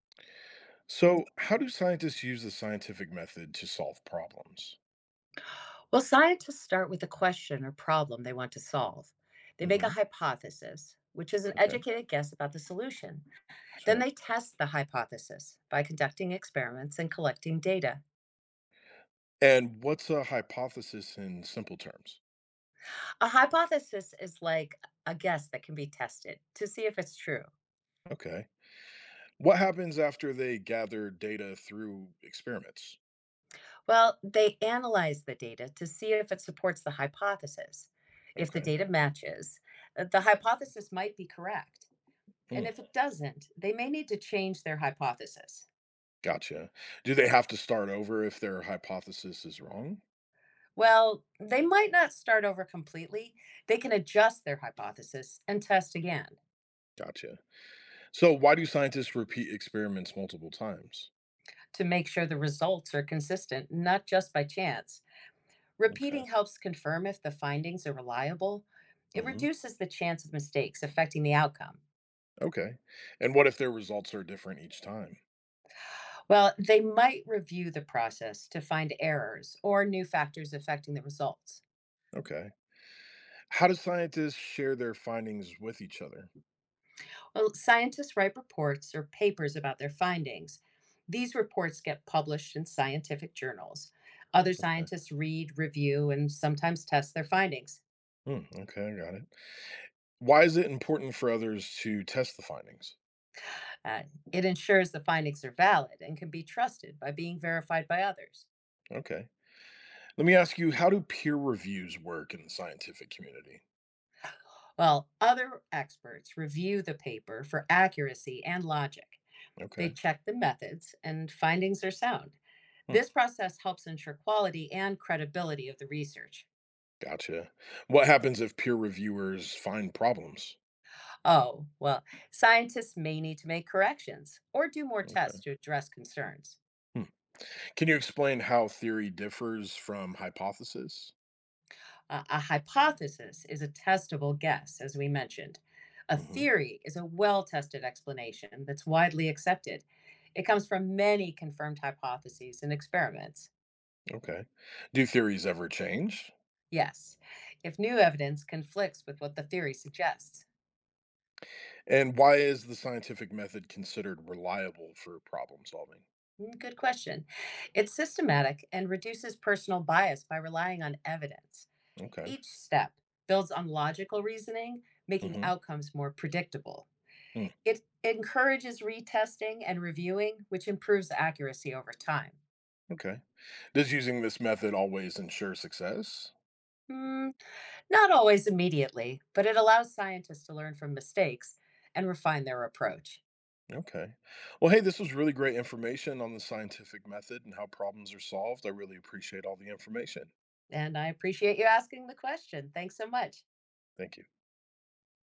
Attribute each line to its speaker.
Speaker 1: So, how do scientists use the scientific method to solve problems?
Speaker 2: Well, scientists start with a question or problem they want to solve. They make a
Speaker 1: Hmm.
Speaker 2: hypothesis, which is an
Speaker 1: Okay,
Speaker 2: educated guess about the solution. Then
Speaker 1: sure.
Speaker 2: they test the hypothesis by conducting experiments and collecting data.
Speaker 1: And what's a hypothesis in simple terms?
Speaker 2: A hypothesis is like a guess that can be tested to see if it's true.
Speaker 1: Okay. What happens after they gather data through experiments?
Speaker 2: Well, they analyze the data to see if it supports the hypothesis. If the
Speaker 1: Okay.
Speaker 2: data matches, the hypothesis might be correct. And
Speaker 1: Hmm.
Speaker 2: if it doesn't, they may need to change their hypothesis.
Speaker 1: Gotcha. Do they have to start over if their hypothesis is wrong?
Speaker 2: Well, they might not start over completely. They can adjust their hypothesis and test again
Speaker 1: Gotcha. So, why do scientists repeat experiments multiple times?
Speaker 2: to make sure the results are consistent, not just by chance.
Speaker 1: Okay.
Speaker 2: Repeating helps confirm if the findings are reliable. It
Speaker 1: Hmm.
Speaker 2: reduces the chance of mistakes affecting the outcome.
Speaker 1: Okay. And what if their results are different each time?
Speaker 2: Well, they might review the process to find errors or new factors affecting the results.
Speaker 1: Okay. How do scientists share their findings with each other?
Speaker 2: Well, scientists write reports or papers about their findings. These reports get published in scientific journals. Other
Speaker 1: Okay.
Speaker 2: scientists read, review, and sometimes test their findings.
Speaker 1: Hmm, okay, I got it. Why is it important for others to test the findings?
Speaker 2: Uh, it ensures the findings are valid and can be trusted by being verified by others.
Speaker 1: Okay. Let me ask you, how do peer reviews work in the scientific community?
Speaker 2: Well, other experts review the paper for accuracy and logic. They
Speaker 1: Okay.
Speaker 2: check the methods and findings are sound.
Speaker 1: Hmm,
Speaker 2: This process helps ensure quality and credibility of the research.
Speaker 1: gotcha. What happens if peer reviewers find problems?
Speaker 2: Oh, well, scientists may need to make corrections or do more tests
Speaker 1: Okay.
Speaker 2: to address concerns.
Speaker 1: Hmm. Can you explain how theory differs from hypothesis?
Speaker 2: A hypothesis is a testable guess, as we mentioned. A
Speaker 1: Hmm.
Speaker 2: theory is a well tested explanation that's widely accepted. It comes from many confirmed hypotheses and experiments.
Speaker 1: Okay. Do theories ever change?
Speaker 2: Yes, if new evidence conflicts with what the theory suggests.
Speaker 1: And why is the scientific method considered reliable for problem solving?
Speaker 2: Good question. It's systematic and reduces personal bias by relying on evidence.
Speaker 1: Okay.
Speaker 2: Each step builds on logical reasoning, making
Speaker 1: Mhm.
Speaker 2: outcomes more predictable.
Speaker 1: Mm,
Speaker 2: It encourages retesting and reviewing, which improves accuracy over time.
Speaker 1: okay. Does using this method always ensure success?
Speaker 2: Mm, Not always immediately, but it allows scientists to learn from mistakes and refine their approach.
Speaker 1: Okay. Well, hey, this was really great information on the scientific method and how problems are solved. I really appreciate all the information.
Speaker 2: And I appreciate you asking the question. Thanks so much.
Speaker 1: Thank you.